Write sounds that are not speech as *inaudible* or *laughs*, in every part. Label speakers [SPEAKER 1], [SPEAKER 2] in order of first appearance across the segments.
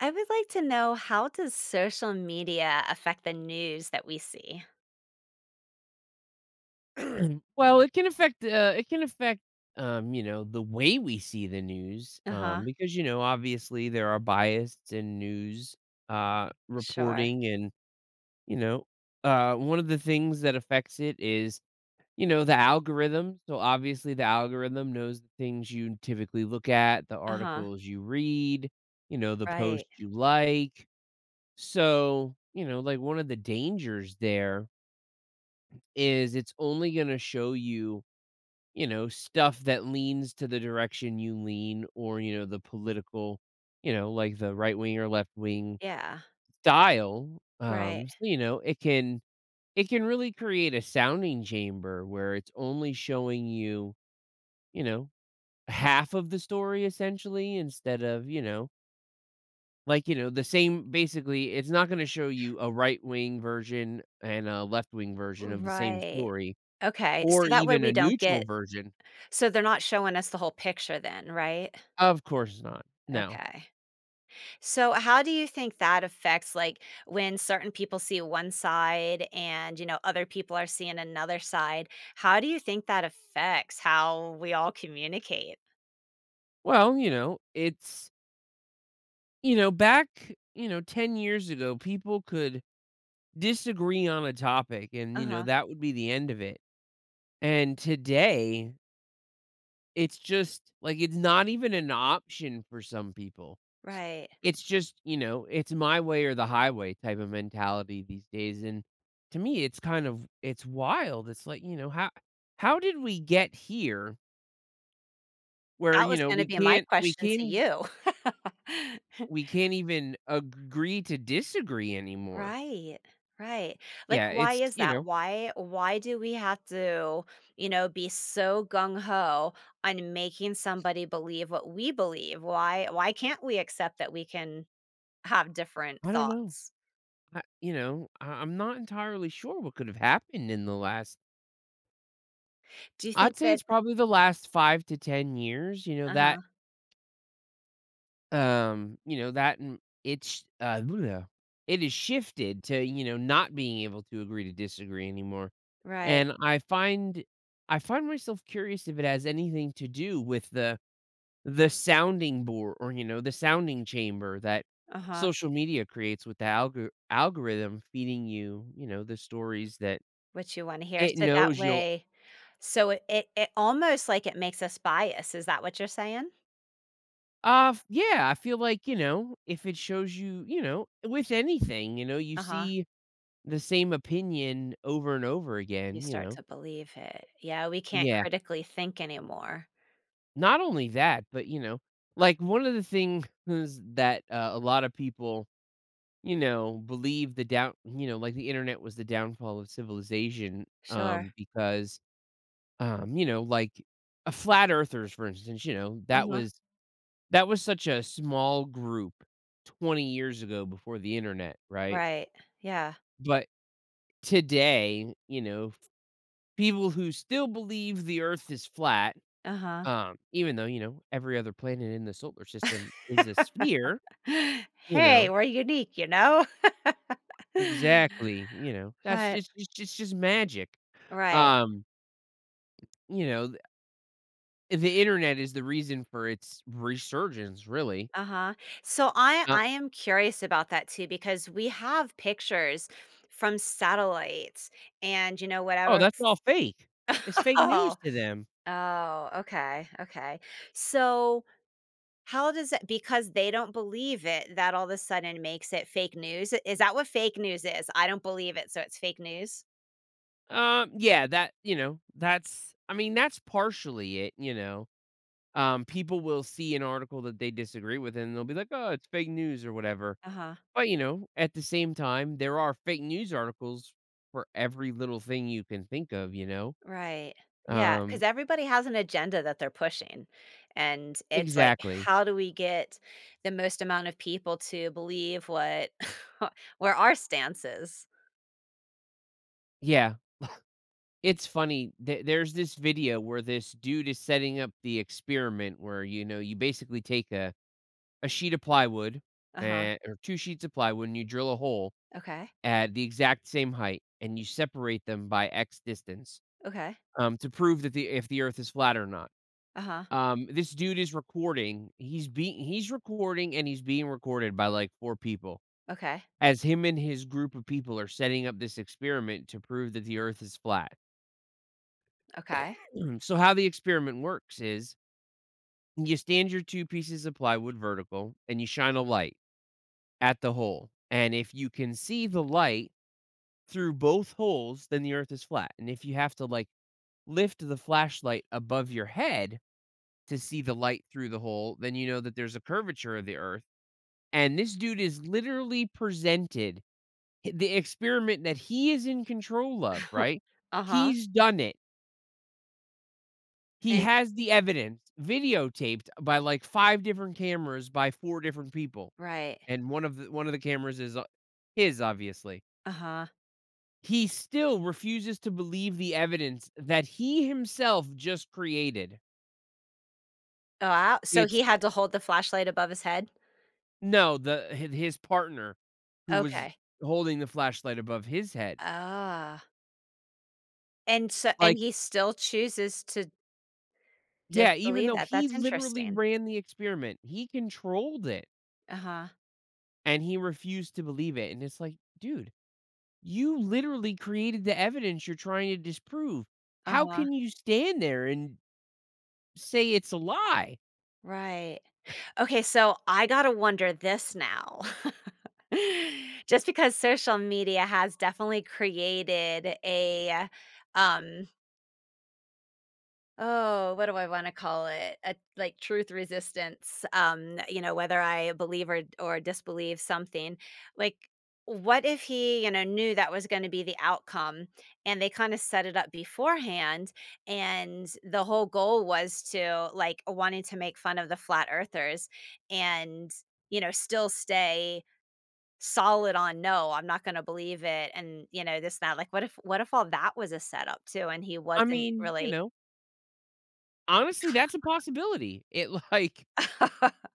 [SPEAKER 1] I would like to know, how does social media affect the news that we see?
[SPEAKER 2] *clears throat* Well, it can affect, the way we see the news,
[SPEAKER 1] Uh-huh.
[SPEAKER 2] because, you know, obviously there are bias in news,
[SPEAKER 1] Sure.
[SPEAKER 2] reporting and, you know, one of the things that affects it is, you know, the algorithm. So obviously the algorithm knows the things you typically look at, the
[SPEAKER 1] Uh-huh.
[SPEAKER 2] articles you read, you know, the
[SPEAKER 1] Right.
[SPEAKER 2] posts you like. So, like one of the dangers there is it's only going to show you you know, stuff that leans to the direction you lean or, you know, the political, like the right wing or left wing
[SPEAKER 1] Yeah.
[SPEAKER 2] style.
[SPEAKER 1] Right.
[SPEAKER 2] So, you know, it can really create a sounding chamber where it's only showing you, you know, half of the story essentially instead of, you know, like, you know, the same basically it's not going to show you a right wing version and a left wing version of the same
[SPEAKER 1] Right.
[SPEAKER 2] story
[SPEAKER 1] Okay.
[SPEAKER 2] or
[SPEAKER 1] So that way
[SPEAKER 2] even a
[SPEAKER 1] we don't
[SPEAKER 2] neutral
[SPEAKER 1] get
[SPEAKER 2] version.
[SPEAKER 1] so they're not showing us the whole picture then, right?
[SPEAKER 2] Of course not. No.
[SPEAKER 1] Okay. So how do you think that affects, like, when certain people see one side and, you know, other people are seeing another side? How do you think that affects how we all communicate?
[SPEAKER 2] Well, you know, it's back, you know, 10 years ago, people could disagree on a topic and, you know,
[SPEAKER 1] Uh-huh.
[SPEAKER 2] that would be the end of it. And today, it's just like it's not even an option for some people.
[SPEAKER 1] Right.
[SPEAKER 2] It's just, you know, it's my way or the highway type of mentality these days, and to me it's it's wild. It's like, you know, how did we get here where,
[SPEAKER 1] That
[SPEAKER 2] you
[SPEAKER 1] was
[SPEAKER 2] know,
[SPEAKER 1] gonna be my
[SPEAKER 2] we
[SPEAKER 1] question to
[SPEAKER 2] can't ev-
[SPEAKER 1] you. *laughs*
[SPEAKER 2] we can't even agree to disagree anymore?
[SPEAKER 1] Right, right. Like,
[SPEAKER 2] Yeah,
[SPEAKER 1] why
[SPEAKER 2] it's
[SPEAKER 1] is
[SPEAKER 2] you
[SPEAKER 1] that?
[SPEAKER 2] know,
[SPEAKER 1] Why do we have to, you know, be so gung-ho on making somebody believe what we believe? Why can't we accept that we can have different
[SPEAKER 2] I don't know.
[SPEAKER 1] thoughts?
[SPEAKER 2] I you know, I I'm not entirely sure what could have happened in the last
[SPEAKER 1] Do you
[SPEAKER 2] I'd
[SPEAKER 1] think
[SPEAKER 2] say
[SPEAKER 1] that
[SPEAKER 2] it's probably the last 5 to 10 years,
[SPEAKER 1] uh-huh,
[SPEAKER 2] you know, that and it's, it has shifted to, you know, not being able to agree to disagree anymore,
[SPEAKER 1] right.
[SPEAKER 2] and I find myself curious if it has anything to do with the sounding board or, you know, the sounding chamber that
[SPEAKER 1] Uh-huh,
[SPEAKER 2] social media creates with the algorithm feeding you, you know, the stories that
[SPEAKER 1] what you wanna hear.
[SPEAKER 2] it
[SPEAKER 1] So that
[SPEAKER 2] knows you'll
[SPEAKER 1] way so it almost like it makes us biased, is that what you're saying?
[SPEAKER 2] f yeah, I feel like, you know, if it shows you, you know, with anything, you know, you
[SPEAKER 1] Uh-huh.
[SPEAKER 2] see the same opinion over and over
[SPEAKER 1] You
[SPEAKER 2] again, you
[SPEAKER 1] start
[SPEAKER 2] know?
[SPEAKER 1] to believe it. Yeah, we can't
[SPEAKER 2] Yeah.
[SPEAKER 1] critically think anymore.
[SPEAKER 2] Not only that, but, you know, like, one of the things *laughs* that, a lot of people you know, like, the internet was the downfall of civilization,
[SPEAKER 1] Sure.
[SPEAKER 2] because, you know, like, a flat earthers, for instance, you know,
[SPEAKER 1] Uh-huh.
[SPEAKER 2] that was such a small group 20 years ago before the internet, right?
[SPEAKER 1] Right. Yeah.
[SPEAKER 2] But today, you know, people who still believe the earth is flat,
[SPEAKER 1] Uh-huh. *gasps*
[SPEAKER 2] even though, you know, every other planet in the solar system is a sphere,
[SPEAKER 1] *laughs*
[SPEAKER 2] you
[SPEAKER 1] Hey,
[SPEAKER 2] know?
[SPEAKER 1] we're unique, you know? *laughs*
[SPEAKER 2] Exactly, you know, that's
[SPEAKER 1] But
[SPEAKER 2] just it's just magic.
[SPEAKER 1] right.
[SPEAKER 2] Um You know, the internet is the reason for its resurgence, really.
[SPEAKER 1] Uh-huh. So I
[SPEAKER 2] Uh,
[SPEAKER 1] I am curious about that too, because we have pictures from satellites and you know
[SPEAKER 2] "Oh,
[SPEAKER 1] whatever
[SPEAKER 2] that's all fake. It's
[SPEAKER 1] f- *laughs*
[SPEAKER 2] fake *laughs* news
[SPEAKER 1] Oh.
[SPEAKER 2] to them."
[SPEAKER 1] Oh, okay. Okay. So how does that because they don't believe it, that all of a sudden makes it fake news? Is that what fake news is? I don't believe it, so it's fake news?
[SPEAKER 2] Yeah, that you know, that's I mean, that's partially it, you know? People will see an article that they disagree with, and they'll be like, "Oh, it's fake news," or whatever.
[SPEAKER 1] Uh-huh,
[SPEAKER 2] But, you know, at the same time, there are fake news articles for every little thing you can think of, you know?
[SPEAKER 1] right. Yeah.
[SPEAKER 2] Um
[SPEAKER 1] Because everybody has an agenda that they're pushing, and it's like,
[SPEAKER 2] Exactly.
[SPEAKER 1] how do we get the most amount of people to believe what *laughs* where our stance is?
[SPEAKER 2] Yeah. It's funny. There's this video where this dude is setting up the experiment where, you know, you basically take a sheet of plywood,
[SPEAKER 1] Uh-huh,
[SPEAKER 2] or 2 sheets of plywood, and you drill a hole
[SPEAKER 1] okay,
[SPEAKER 2] at the exact same height, and you separate them by X distance,
[SPEAKER 1] okay,
[SPEAKER 2] to prove that the if the Earth is flat or not.
[SPEAKER 1] uh-huh,
[SPEAKER 2] This dude is recording. He's recording, and he's being recorded by, like, 4 people
[SPEAKER 1] okay,
[SPEAKER 2] as him and his group of people are setting up this experiment to prove that the Earth is flat.
[SPEAKER 1] okay,
[SPEAKER 2] *clears throat* So how the experiment works is you stand your two pieces of plywood vertical and you shine a light at the hole. And if you can see the light through both holes, then the earth is flat. And if you have to like lift the flashlight above your head to see the light through the hole, then you know that there's a curvature of the earth. And this dude is literally presented the experiment that he is in control of,
[SPEAKER 1] *laughs*
[SPEAKER 2] right?
[SPEAKER 1] uh-huh,
[SPEAKER 2] He's done it. He
[SPEAKER 1] and
[SPEAKER 2] has the evidence videotaped by, like, 5 different cameras by 4 different people,
[SPEAKER 1] right,
[SPEAKER 2] and one of the cameras is, his, obviously.
[SPEAKER 1] uh-huh.
[SPEAKER 2] He still refuses to believe the evidence that he himself just created.
[SPEAKER 1] Oh, wow, so he
[SPEAKER 2] It's
[SPEAKER 1] had to hold the flashlight above his head?
[SPEAKER 2] no, the hi his partner who was
[SPEAKER 1] Okay.
[SPEAKER 2] holding the flashlight above his head.
[SPEAKER 1] Ah, and so and
[SPEAKER 2] Like,
[SPEAKER 1] he still chooses to
[SPEAKER 2] yeah, even
[SPEAKER 1] disbelieve
[SPEAKER 2] though
[SPEAKER 1] that,
[SPEAKER 2] he
[SPEAKER 1] that's
[SPEAKER 2] literally
[SPEAKER 1] interesting.
[SPEAKER 2] ran the experiment, he controlled it,
[SPEAKER 1] Uh-huh,
[SPEAKER 2] and he refused to believe it, and it's like, "Dude, you literally created the evidence you're trying to disprove. How
[SPEAKER 1] uh-huh,
[SPEAKER 2] can you stand there and say it's a lie?"
[SPEAKER 1] right. Okay, so I gotta wonder this now. *laughs* Just because social media has definitely created a, um oh, what do I wanna call it? A, like, truth resistance, you know, whether I believe or disbelieve something. Like, what if he, you know, knew that was gonna be the outcome, and they kinda set it up beforehand, and the whole goal was to, like, wanting to make fun of the flat earthers and, you know, still stay solid on, "No, I'm not gonna believe it," and, you know, this, and that. Like, what if all that was a setup too, and he
[SPEAKER 2] I
[SPEAKER 1] wasn't
[SPEAKER 2] mean, you
[SPEAKER 1] really
[SPEAKER 2] know, honestly, that's a possibility. It *laughs*
[SPEAKER 1] *laughs*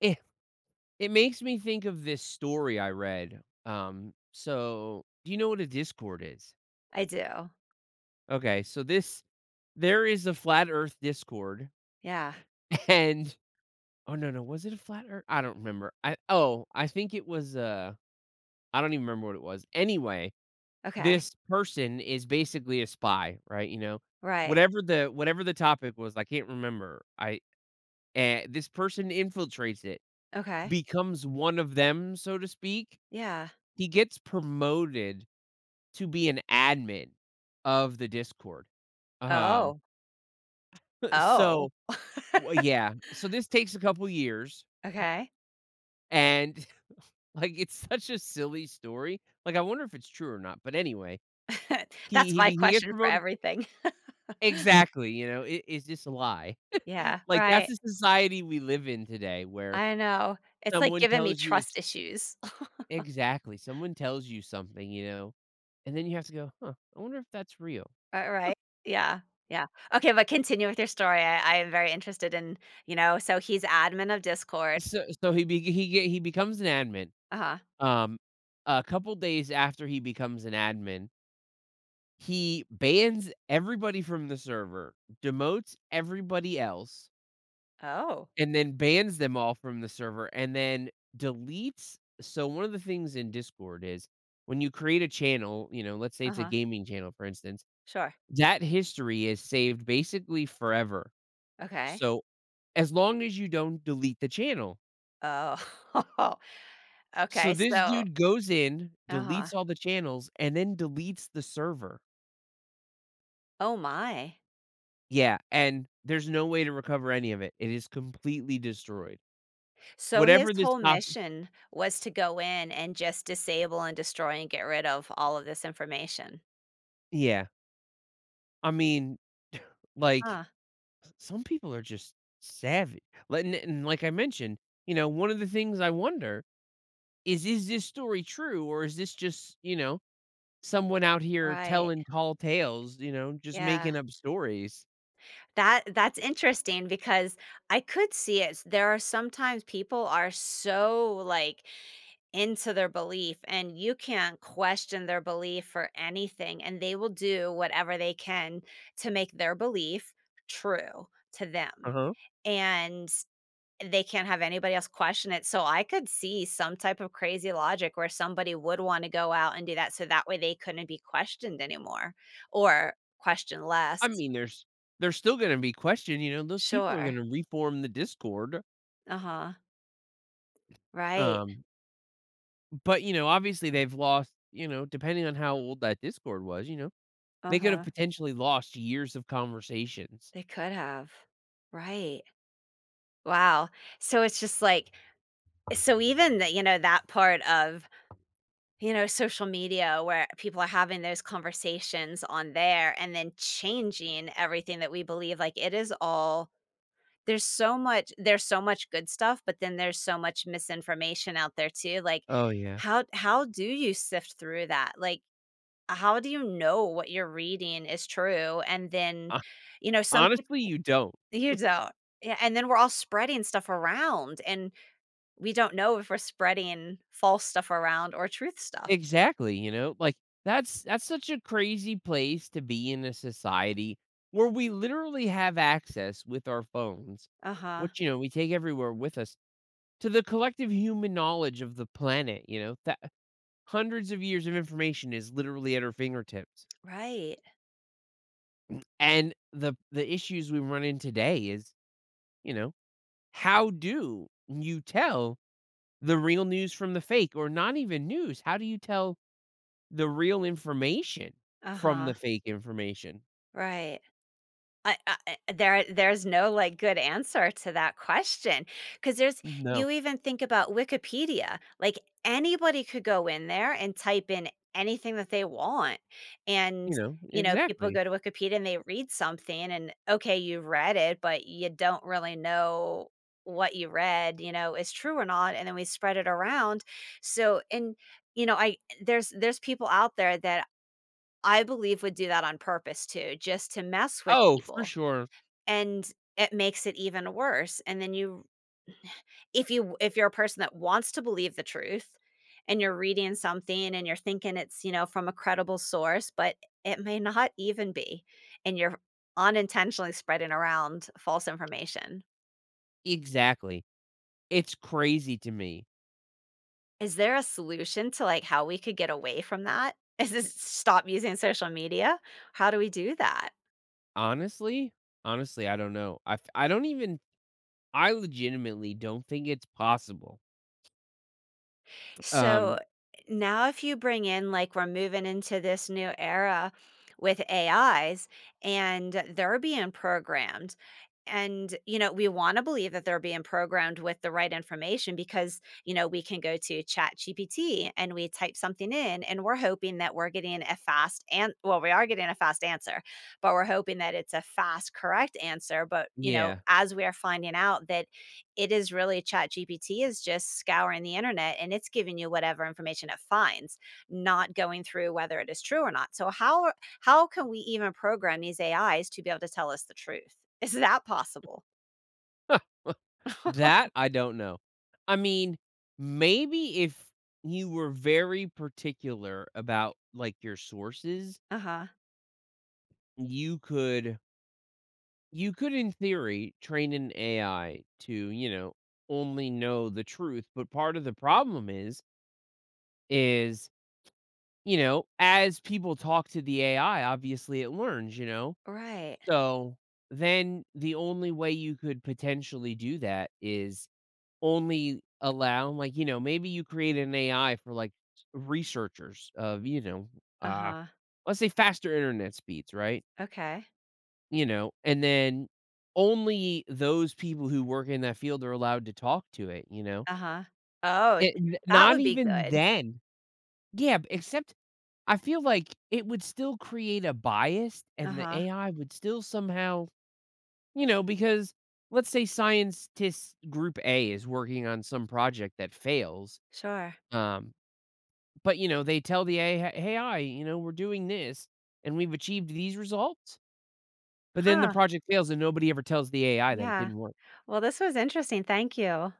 [SPEAKER 2] it, it makes me think of this story I read. So do you know what a Discord is?
[SPEAKER 1] I do.
[SPEAKER 2] Okay, so this there is a flat earth Discord
[SPEAKER 1] Yeah.
[SPEAKER 2] *laughs* and oh no, no, was it a flat earth? I don't remember. I oh, I think it was I don't even remember what it was. Anyway,
[SPEAKER 1] Okay.
[SPEAKER 2] this person is basically a spy, right, you know?
[SPEAKER 1] Right.
[SPEAKER 2] Whatever the topic was, I can't remember, this person infiltrates it,
[SPEAKER 1] Okay.
[SPEAKER 2] becomes one of them, so to speak.
[SPEAKER 1] Yeah.
[SPEAKER 2] He gets promoted to be an admin of the Discord. Um,
[SPEAKER 1] Oh.
[SPEAKER 2] *laughs*
[SPEAKER 1] Oh,
[SPEAKER 2] so w yeah, so this takes a couple years,
[SPEAKER 1] okay.
[SPEAKER 2] and, *laughs* like, it's such a silly story, like, I wonder if it's true or not, but anyway,
[SPEAKER 1] *laughs*
[SPEAKER 2] he
[SPEAKER 1] That's
[SPEAKER 2] he
[SPEAKER 1] my
[SPEAKER 2] be he gets
[SPEAKER 1] question for
[SPEAKER 2] promoted
[SPEAKER 1] everything. *laughs*
[SPEAKER 2] exactly, you know, I is this a lie?
[SPEAKER 1] Yeah,
[SPEAKER 2] Like, that's
[SPEAKER 1] right.
[SPEAKER 2] the society we live in today where
[SPEAKER 1] I know. It's like
[SPEAKER 2] someone
[SPEAKER 1] giving me
[SPEAKER 2] tells you it's
[SPEAKER 1] trust issues. *laughs*
[SPEAKER 2] exactly, someone tells you something, you know, and then you have to go, "Huh, I wonder if that's real."
[SPEAKER 1] Right? Yeah. Yeah. Okay, but continue with your story. I am very interested in, you know, so he's admin of Discord.
[SPEAKER 2] So so he be he ge he becomes an admin.
[SPEAKER 1] Uh-huh.
[SPEAKER 2] Um, a couple days after he becomes an admin, he bans everybody from the server, demotes everybody else,
[SPEAKER 1] Oh.
[SPEAKER 2] and then bans them all from the server and then deletes one of the things in Discord is when you create a channel, you know, let's say it's a
[SPEAKER 1] Uh-huh.
[SPEAKER 2] gaming channel, for instance,
[SPEAKER 1] Sure.
[SPEAKER 2] that history is saved basically forever.
[SPEAKER 1] Okay.
[SPEAKER 2] So, as long as you don't delete the channel.
[SPEAKER 1] Oh. *laughs*
[SPEAKER 2] So
[SPEAKER 1] Okay,
[SPEAKER 2] this
[SPEAKER 1] so
[SPEAKER 2] dude goes in,
[SPEAKER 1] uh-huh.
[SPEAKER 2] deletes all the channels, and then deletes the server.
[SPEAKER 1] Oh my.
[SPEAKER 2] Yeah, and there's no way to recover any of it. It is completely destroyed.
[SPEAKER 1] So his
[SPEAKER 2] Whatever this
[SPEAKER 1] whole
[SPEAKER 2] top
[SPEAKER 1] mission was to go in and just disable and destroy and get rid of all of this information.
[SPEAKER 2] yeah, I mean, *sighs* *laughs* like
[SPEAKER 1] Huh,
[SPEAKER 2] some people are just savage. Like and like I mentioned, you know, one of the things I wonder is this story true or is this just, you know, someone out here
[SPEAKER 1] right.
[SPEAKER 2] telling tall tales, you know, just
[SPEAKER 1] Yeah.
[SPEAKER 2] making up stories?
[SPEAKER 1] That that's interesting because I could see it. There are sometimes people are so like into their belief and you can't question their belief for anything and they will do whatever they can to make their belief true to them.
[SPEAKER 2] Uh-huh.
[SPEAKER 1] And they can't have anybody else question it, so I could see some type of crazy logic where somebody would wanna go out and do that, so that way they couldn't be questioned anymore or questioned
[SPEAKER 2] I
[SPEAKER 1] less.
[SPEAKER 2] mean, there's still going to be question, you know, those people are going
[SPEAKER 1] Sure.
[SPEAKER 2] to reform the Discord.
[SPEAKER 1] Uh-huh. Right.
[SPEAKER 2] Um, but you know, obviously they've lost, you know, depending on how old that Discord was, you know, they could have
[SPEAKER 1] Uh-huh.
[SPEAKER 2] potentially lost years of conversations.
[SPEAKER 1] They could have. Right. Wow. So it's just like so even that, you know, that part of, you know, social media where people are having those conversations on there and then changing everything that we believe, like, it is all there's so much good stuff, but then there's so much misinformation out there too, like,
[SPEAKER 2] Oh yeah.
[SPEAKER 1] how do you sift through that? Like, how do you know what you're reading is true? And then,
[SPEAKER 2] Uh,
[SPEAKER 1] you know, some
[SPEAKER 2] honestly,
[SPEAKER 1] people
[SPEAKER 2] you don't.
[SPEAKER 1] you don't. Yeah, and then we're all spreading stuff around, and we don't know if we're spreading false stuff around or truth stuff.
[SPEAKER 2] Exactly, you know, like, that's such a crazy place to be in a society where we literally have access with our phones,
[SPEAKER 1] Uh-huh.
[SPEAKER 2] which, you know, we take everywhere with us, to the collective human knowledge of the planet, you know, that hundreds of years of information is literally at our fingertips.
[SPEAKER 1] Right.
[SPEAKER 2] And the issues we run in today is, you know, how do you tell the real news from the fake or not even news? How do you tell the real information from the
[SPEAKER 1] Uh-huh.
[SPEAKER 2] fake information.
[SPEAKER 1] Right. There there's no, like, good answer to that question, because there's
[SPEAKER 2] No,
[SPEAKER 1] you even think about Wikipedia, like, anybody could go in there and type in anything that they want,
[SPEAKER 2] you
[SPEAKER 1] and,
[SPEAKER 2] know,
[SPEAKER 1] you know, people
[SPEAKER 2] exactly.
[SPEAKER 1] go to Wikipedia and they read something and, okay, you read it, but you don't really know what you read, you know, is true or not, and then we spread it around, so and, you know, I there's people out there that I believe would do that on purpose too, just to mess with
[SPEAKER 2] Oh, for
[SPEAKER 1] people.
[SPEAKER 2] sure.
[SPEAKER 1] And it makes it even worse, and then you if you're a person that wants to believe the truth and you're reading something and you're thinking it's, you know, from a credible source, but it may not even be, and you're unintentionally spreading around false information.
[SPEAKER 2] Exactly. It's crazy to me.
[SPEAKER 1] Is there a solution to, like, how we could get away from that? *laughs* Is this stop using social media? How do we do that?
[SPEAKER 2] Honestly, honestly, I don't know. I f- I don't even I legitimately don't think it's possible. Um,
[SPEAKER 1] So now, if you bring in, like, we're moving into this new era with AIs and they're being programmed. And, you know, we want to believe that they're being programmed with the right information because, you know, we can go to ChatGPT and we type something in and we're hoping that we're getting a fast and well, we are getting a fast answer, but we're hoping that it's a fast, correct answer. But, you know,
[SPEAKER 2] yeah.
[SPEAKER 1] as we are finding out that it is really ChatGPT is just scouring the internet and it's giving you whatever information it finds, not going through whether it is true or not. So how can we even program these AIs to be able to tell us the truth? *laughs* Is that possible?
[SPEAKER 2] *laughs*
[SPEAKER 1] *laughs*
[SPEAKER 2] That I don't know. I mean, maybe if you were very particular about like your sources,
[SPEAKER 1] Uh-huh.
[SPEAKER 2] you could You could, in theory, train an AI to, you know, only know the truth, but part of the problem is, you know, as people talk to the AI, obviously it learns, you know?
[SPEAKER 1] Right.
[SPEAKER 2] So, then the only way you could potentially do that is only allow like, you know, maybe you create an AI for, like, researchers of, you know, uh,
[SPEAKER 1] Uh-huh.
[SPEAKER 2] let's say faster internet speeds, right?
[SPEAKER 1] Okay.
[SPEAKER 2] You know, and then only those people who work in that field are allowed to talk to it, you know?
[SPEAKER 1] Uh-huh. Oh,
[SPEAKER 2] It n
[SPEAKER 1] that
[SPEAKER 2] not
[SPEAKER 1] would be
[SPEAKER 2] even
[SPEAKER 1] good.
[SPEAKER 2] then. Yeah, b except I feel like it would still create a bias and the
[SPEAKER 1] Uh-huh.
[SPEAKER 2] AI would still somehow you know, because let's say scientist group A is working on some project that fails,
[SPEAKER 1] Sure.
[SPEAKER 2] um, but, you know, they tell the AI, "Hey, AI, you know, we're doing this, and we've achieved these results," but then the
[SPEAKER 1] Huh.
[SPEAKER 2] project fails and nobody ever tells the AI that it
[SPEAKER 1] Yeah.
[SPEAKER 2] didn't work.
[SPEAKER 1] Well, this was interesting. Thank you.